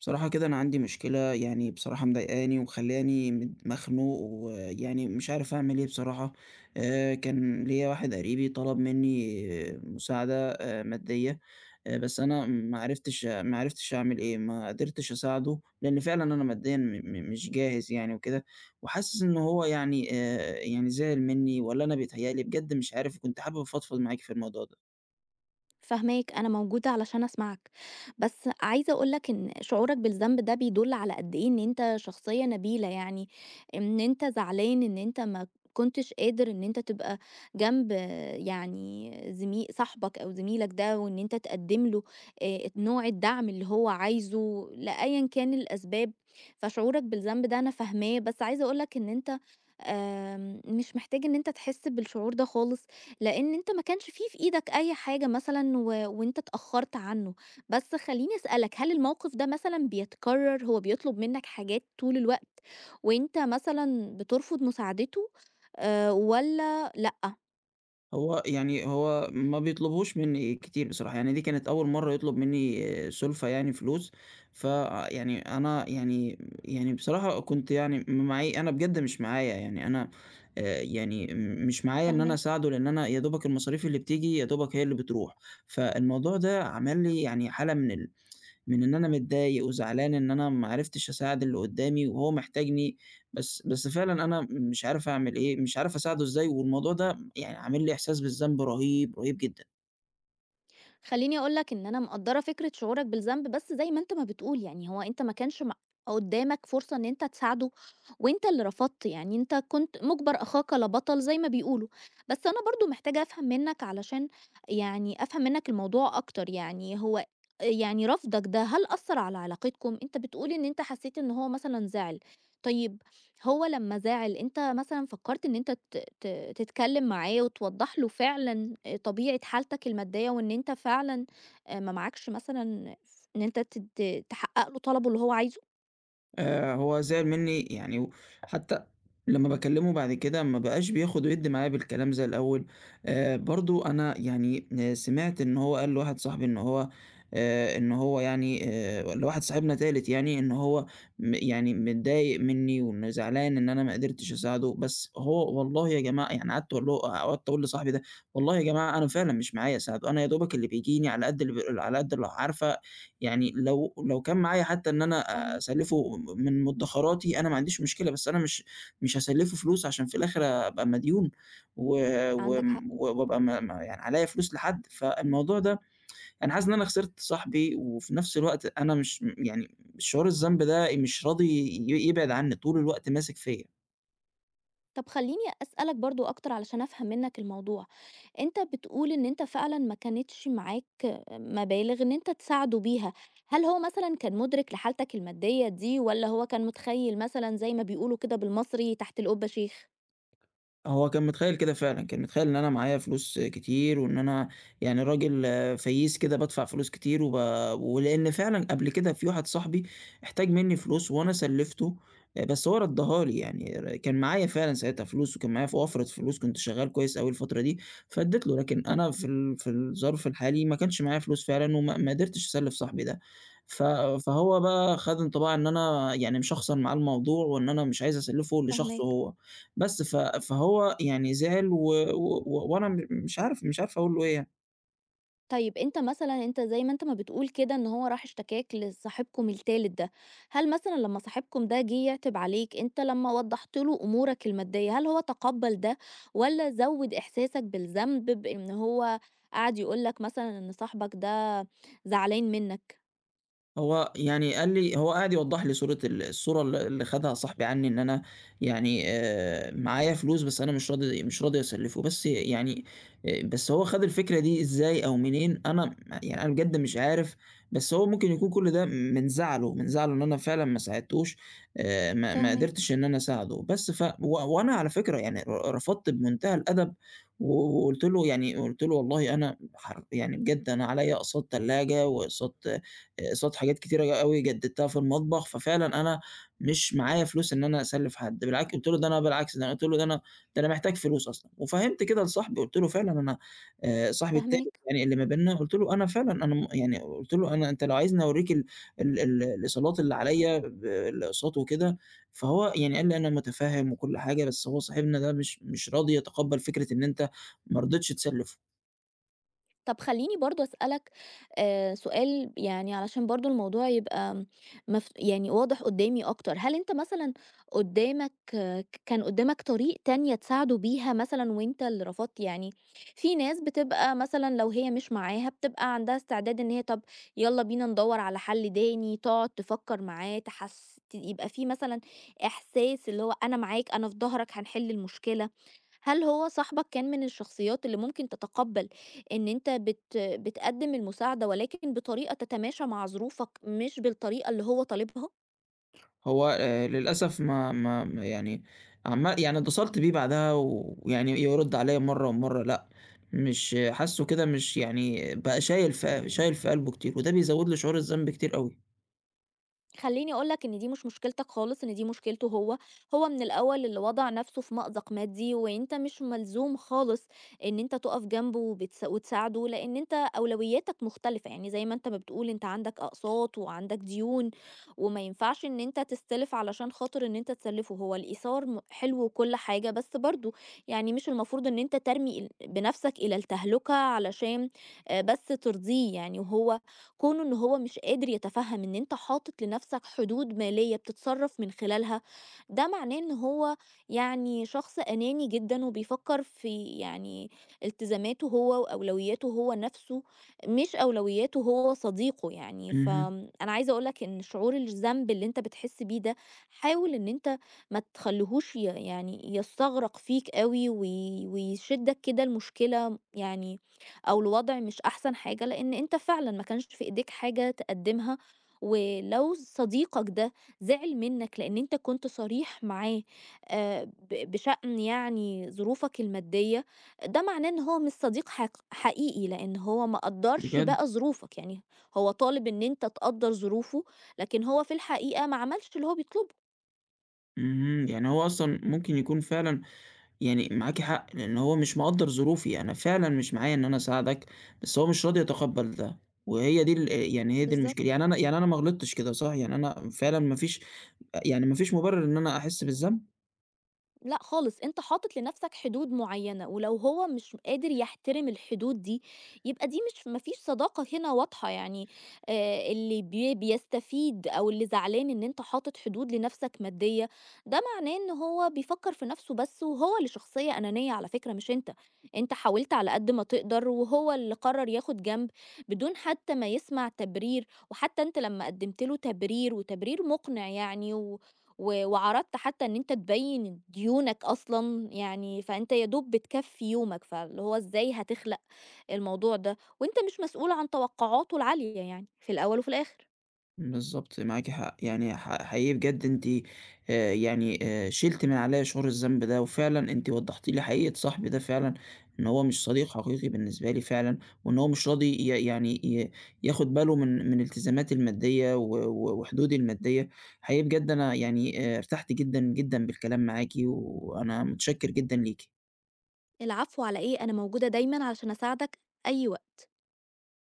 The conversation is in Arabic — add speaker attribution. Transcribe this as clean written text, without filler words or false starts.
Speaker 1: بصراحة كده أنا عندي مشكلة يعني بصراحة مضايقاني ومخلاني مخنوق ويعني مش عارف أعمل إيه بصراحة. كان ليا واحد قريبي طلب مني مساعدة مادية. بس أنا ما عرفتش أعمل إيه، ما قدرتش أساعده لأن فعلا أنا ماديا مش جاهز يعني وكده. وحاسس إن هو يعني يعني زعل مني ولا أنا بيتهيألي، بجد مش عارف. كنت حابب أفضفض معاك في الموضوع ده.
Speaker 2: فاهماك، أنا موجودة علشان أسمعك، بس عايزة أقول لك إن شعورك بالذنب ده بيدل على قد إيه إن أنت شخصية نبيلة يعني، إن أنت زعلان إن أنت ما كنتش قادر إن أنت تبقى جنب يعني زمي صاحبك أو زميلك ده، وإن أنت تقدّم له نوع الدعم اللي هو عايزه لأيًا كان الأسباب، فشعورك بالذنب ده أنا فاهماه، بس عايزة أقول لك إن أنت مش محتاج إن أنت تحس بالشعور ده خالص. لإن أنت ما كانش في إيدك أي حاجة مثلًا، و وأنت اتأخّرت عنّه. بس خلّيني أسألك، هل الموقف ده مثلًا بيتكرّر؟ هو بيطلب منّك حاجات طول الوقت وأنت مثلًا بترفض مساعدته والّا لأ؟
Speaker 1: هو ما بيطلبهوش منّي كتير بصراحة، يعني دي كانت أول مرّة يطلب منّي سُلفة يعني فلوس. ف يعني أنا يعني يعني بصراحة كنت يعني معي أنا بجد مش معايا، يعني أنا يعني مش معايا إن أنا
Speaker 2: فاهماك.
Speaker 1: أساعده، لإن أنا يا دوبك المصاريف اللي بتيجي يا دوبك هي اللي بتروح. فالموضوع ده عمل لي يعني حالة من من إن أنا متضايق وزعلان إن أنا ما عرفتش أساعد اللي قدّامي وهو محتاجني. بس فعلًا أنا مش عارف أعمل إيه، مش عارف أساعده إزاي، والموضوع ده يعني عامل لي إحساس بالذنب رهيب، رهيب جدًا.
Speaker 2: خلّيني أقول لك إن أنا مقدّرة فكرة شعورك بالذنب، بس زي ما أنت ما بتقول، يعني هو أنت ما كانش قدّامك فرصة إن أنت تساعده وأنت اللي رفضت، يعني أنت كنت مُجبَر أخاك لا بطل زي ما بيقولوا. بس أنا برضه محتاجة أفهم منّك، علشان يعني أفهم منّك الموضوع أكتر. يعني هو يعني رفضك ده، هل أثّر على علاقتكم؟ أنت بتقول إن أنت حسّيت إن هو مثلًا زعل. طيب هو لمّا زعل، أنت مثلًا فكّرت إن أنت ت ت تتكلّم معاه وتوضّح له فعلًا طبيعة حالتك المادية، وإن أنت فعلًا ما معاكش مثلًا، إن أنت ت ت تحقّق له طلبه اللي هو عايزه؟
Speaker 1: هو زعل منّي يعني، حتّى لمّا باكلّمه بعد كده ما بقاش بياخُد ويدّي معايا بالكلام زي الأول. برضه أنا يعني سمعت إن هو قال لواحد صاحبي إن هو لواحد صاحبنا تالت يعني إن هو يعني متضايق منّي، وإنه زعلان إن أنا ما قدرتش أساعده. بس هو والله يا جماعة يعني قعدت أقول لصاحبي ده: «والله يا جماعة أنا فعلًا مش معايا أساعده، أنا يا دوبك اللي بيجيني على قد اللي على قد اللي عارفة، يعني لو كان معايا حتى إن أنا
Speaker 2: فاهماك،
Speaker 1: أسلّفه من مدّخراتي، أنا ما عنديش مشكلة، بس أنا مش هاسلّفه فلوس عشان في الآخر أبقى مديون و
Speaker 2: عندك حق.
Speaker 1: وم وأبقى م م يعني عليّا فلوس لحد». فالموضوع ده، أنا حاسس إن أنا خسرت صاحبي، وفي نفس الوقت أنا مش يعني شعور الذنب ده مش راضي يبعد عني، طول الوقت ماسك فيّا.
Speaker 2: طب خلّيني أسألك برضه أكتر علشان أفهم منّك الموضوع. أنت بتقول إن أنت فعلًا ما كانتش معاك مبالغ إن أنت تساعده بيها، هل هو مثلًا كان مُدرِك لحالتك المادية دي، والّا هو كان متخيّل مثلًا زي ما بيقولوا كده بالمصري تحت القبة شيخ؟
Speaker 1: هو كان متخيّل كده فعلًا، كان متخيّل إن أنا معايا فلوس كتير، وإن أنا يعني راجل فيّيس كده بادفع فلوس كتير، ولإن فعلًا قبل كده في واحد صاحبي احتاج منّي فلوس وأنا سلّفته. بس هو ردّاها لي، يعني كان معايا فعلًا ساعتها فلوس، وكان معايا وفرة فلوس، كنت شغّال كويس أوي الفترة دي، فادّيت له. لكن أنا في ال في الظرف الحالي ما كانش معايا فلوس فعلًا، وما ما قدرتش أسلّف صاحبي ده. ف فهو بقى خَد انطباع إن أنا يعني مشخصن معاه الموضوع، وإن أنا مش عايز أسلّفه لشخصه
Speaker 2: فاهماك.
Speaker 1: هو. بس فهو يعني زعل و و و- وأنا مش عارف أقول له إيه يعني.
Speaker 2: طيب أنت مثلًا، أنت زي ما أنت ما بتقول كده إن هو راح اشتكاك لصاحبكم التالت ده، هل مثلًا لمّا صاحبكم ده جه يعتب عليك، أنت لمّا وضّحت له أمورك المادية، هل هو تقبّل ده، والّا زوّد إحساسك بالذنب بإن هو قعد يقول لك مثلًا إن صاحبك ده زعلان منّك؟
Speaker 1: هو قعد يوضّح لي صورة ال الصورة ال اللي خدها صاحبي عني، إن أنا يعني معايا فلوس، بس أنا مش راضي أسلّفه. بس يعني بس هو خَد الفكرة دي إزاي أو منين، أنا يعني أنا بجد مش عارف. بس هو ممكن يكون كل ده من زعله، من زعله إن أنا فعلًا ما ساعدتوش. ما
Speaker 2: فاهماك،
Speaker 1: قدرتش إن أنا أساعده. بس ف و وأنا على فكرة يعني رفضت بمنتهى الأدب، و وقُلت له يعني قُلت له: «والله أنا حر، يعني بجد أنا عليّا أقساط تلاجة وأقساط قصاد حاجات كتيرة أوي جددتها في المطبخ، ففعلًا أنا مش معايا فلوس إن أنا أسلف حد». قُلت له: «ده أنا بالعكس، ده أنا» قُلت له ده أنا محتاج فلوس أصلًا. وفهّمت كده لصاحبي، قُلت له فعلًا أنا صاحبي التاني
Speaker 2: فاهماك.
Speaker 1: يعني اللي ما بيننا، قُلت له أنا فعلًا أنا يعني قُلت له: «أنا، أنت لو عايزني أورّيك ال ال ال الإيصالات اللي عليَّ الأقساط وكده». فهو يعني قال لي: «أنا متفهم وكل حاجة، بس هو صاحبنا ده مش راضي يتقبل فكرة إن أنت ما رضيتش تسلفه».
Speaker 2: طب خلّيني برضه أسألك سؤال، يعني علشان برضه الموضوع يبقى يعني واضح قدّامي أكتر. هل أنت مثلًا قدّامك ك كان قدّامك طريق تانية تساعده بيها مثلًا، وأنت اللي رفضت؟ يعني في ناس بتبقى مثلًا لو هي مش معاها، بتبقى عندها استعداد إن هي، طب يالّا بينا ندوّر على حل تاني، تقعد تفكّر معاه، تحس يبقى في مثلًا إحساس اللي هو أنا معاك، أنا في ضهرك، هنحل المشكلة. هل هو صاحبك كان من الشخصيات اللي ممكن تتقبل إن أنت بتقدم المساعدة، ولكن بطريقة تتماشى مع ظروفك، مش بالطريقة اللي هو طالبها؟
Speaker 1: هو للأسف ما يعني عمّا يعني اتصلت بيه بعدها، ويعني يرُد عليّا مرّة ومرّة لأ، مش حاسّه كده، مش يعني بقى شايل في قلبه كتير، وده بيزوّد لي شعور الذنب كتير أوي.
Speaker 2: خلّيني أقول لك إن دي مش مشكلتك خالص، إن دي مشكلته هو. هو من الأول اللي وضع نَفْسه في مأزق مادي، وأنت مش ملزوم خالص إن أنت تُقف جنبه وتساعده، لإن أنت أولوياتك مختلفة. يعني زي ما أنت ما بتقول، أنت عندك أقساط وعندك ديون، وما ينفعش إن أنت تستلف علشان خاطر إن أنت تسلفه. هو الإيثار حلو وكل حاجة، بس برضه يعني مش المفروض إن أنت ترمي بنَفْسك إلى التهلكة علشان بس ترضيه يعني. وهو كونه إن هو مش قادر يتفهم إن أنت حاطط لنفسك حدود مالية بتتصرف من خلالها، ده معناه إن هو يعني شخص أناني جدا، وبيفكر في يعني التزاماته هو وأولوياته هو نفسه، مش أولوياته هو صديقه يعني.
Speaker 1: اهم.
Speaker 2: فأنا عايزة أقولك إن شعور الذنب اللي أنت بتحس بيه ده، حاول إن أنت ما تخليهوش يعني يستغرق فيك قوي، ويشدك كده المشكلة يعني، أو الوضع مش أحسن حاجة، لأن أنت فعلًا ما كانش في إيديك حاجة تقدّمها. ولو صديقك ده زعل منك لأن أنت كنت صريح معاه، بشأن يعني ظروفك المادية، ده معناه إن هو مش صديق حقيقي، لأن هو ما قدّرش
Speaker 1: بجد.
Speaker 2: بقى ظروفك. يعني هو طالب إن أنت تقدّر ظروفه، لكن هو في الحقيقة ما عملش اللي هو بيطلبه.
Speaker 1: اهم. يعني هو أصلًا ممكن يكون فعلًا يعني معاكِ حق، لإن هو مش مقدّر ظروفي. أنا فعلًا مش معايا إن أنا أساعدك، بس هو مش راضي يتقبّل ده، وهي دي ال يعني هي دي المشكلة.
Speaker 2: بالضبط.
Speaker 1: يعني أنا، يعني أنا ما غلطتش كده صح؟ يعني أنا فعلًا ما فيش يعني ما فيش مُبرر إن أنا أحس بالذنب؟
Speaker 2: لأ خالص، أنت حاطط لنفسك حدود معيّنة، ولو هو مش قادر يحترم الحدود دي، يبقى دي مش، ما فيش صداقة هنا واضحة يعني. اللي بيستفيد أو اللي زعلان إن أنت حاطط حدود لنفسك مادية، ده معناه إن هو بيفكّر في نفسه بس، وهو اللي شخصية أنانية على فكرة، مش أنت. أنت حاولت على قد ما تقدر، وهو اللي قرر ياخد جنب بدون حتى ما يسمع تبرير. وحتى أنت لمّا قدّمت له تبرير وتبرير مقنع يعني، و و وعرضت حتى إن أنت تبيّن ديونك أصلًا. يعني فأنت يا دوب بتكفّي يومك، فاللي هو إزاي هتخلق الموضوع ده، وأنت مش مسؤول عن توقعاته العالية يعني، في الأول وفي الآخر.
Speaker 1: بالضبط، معاكِ حق. يعني حقيقي بجد أنتِ شِلتِ من عليَّ شعور الذنب ده، وفعلًا أنتِ وضّحتِ لي حقيقة صاحبي ده فعلًا، إن هو مش صديق حقيقي بالنسبة لي فعلًا، وإن هو مش راضي ي يعني ي ياخد باله من التزاماتي المادية و وحدودي المادية. حقيقي بجد أنا يعني ارتحت جدًا، جدًا بالكلام معاكِ، وأنا متشكر جدًا ليكِ.
Speaker 2: العفو على إيه، أنا موجودة دايمًا علشان أساعدك أي وقت.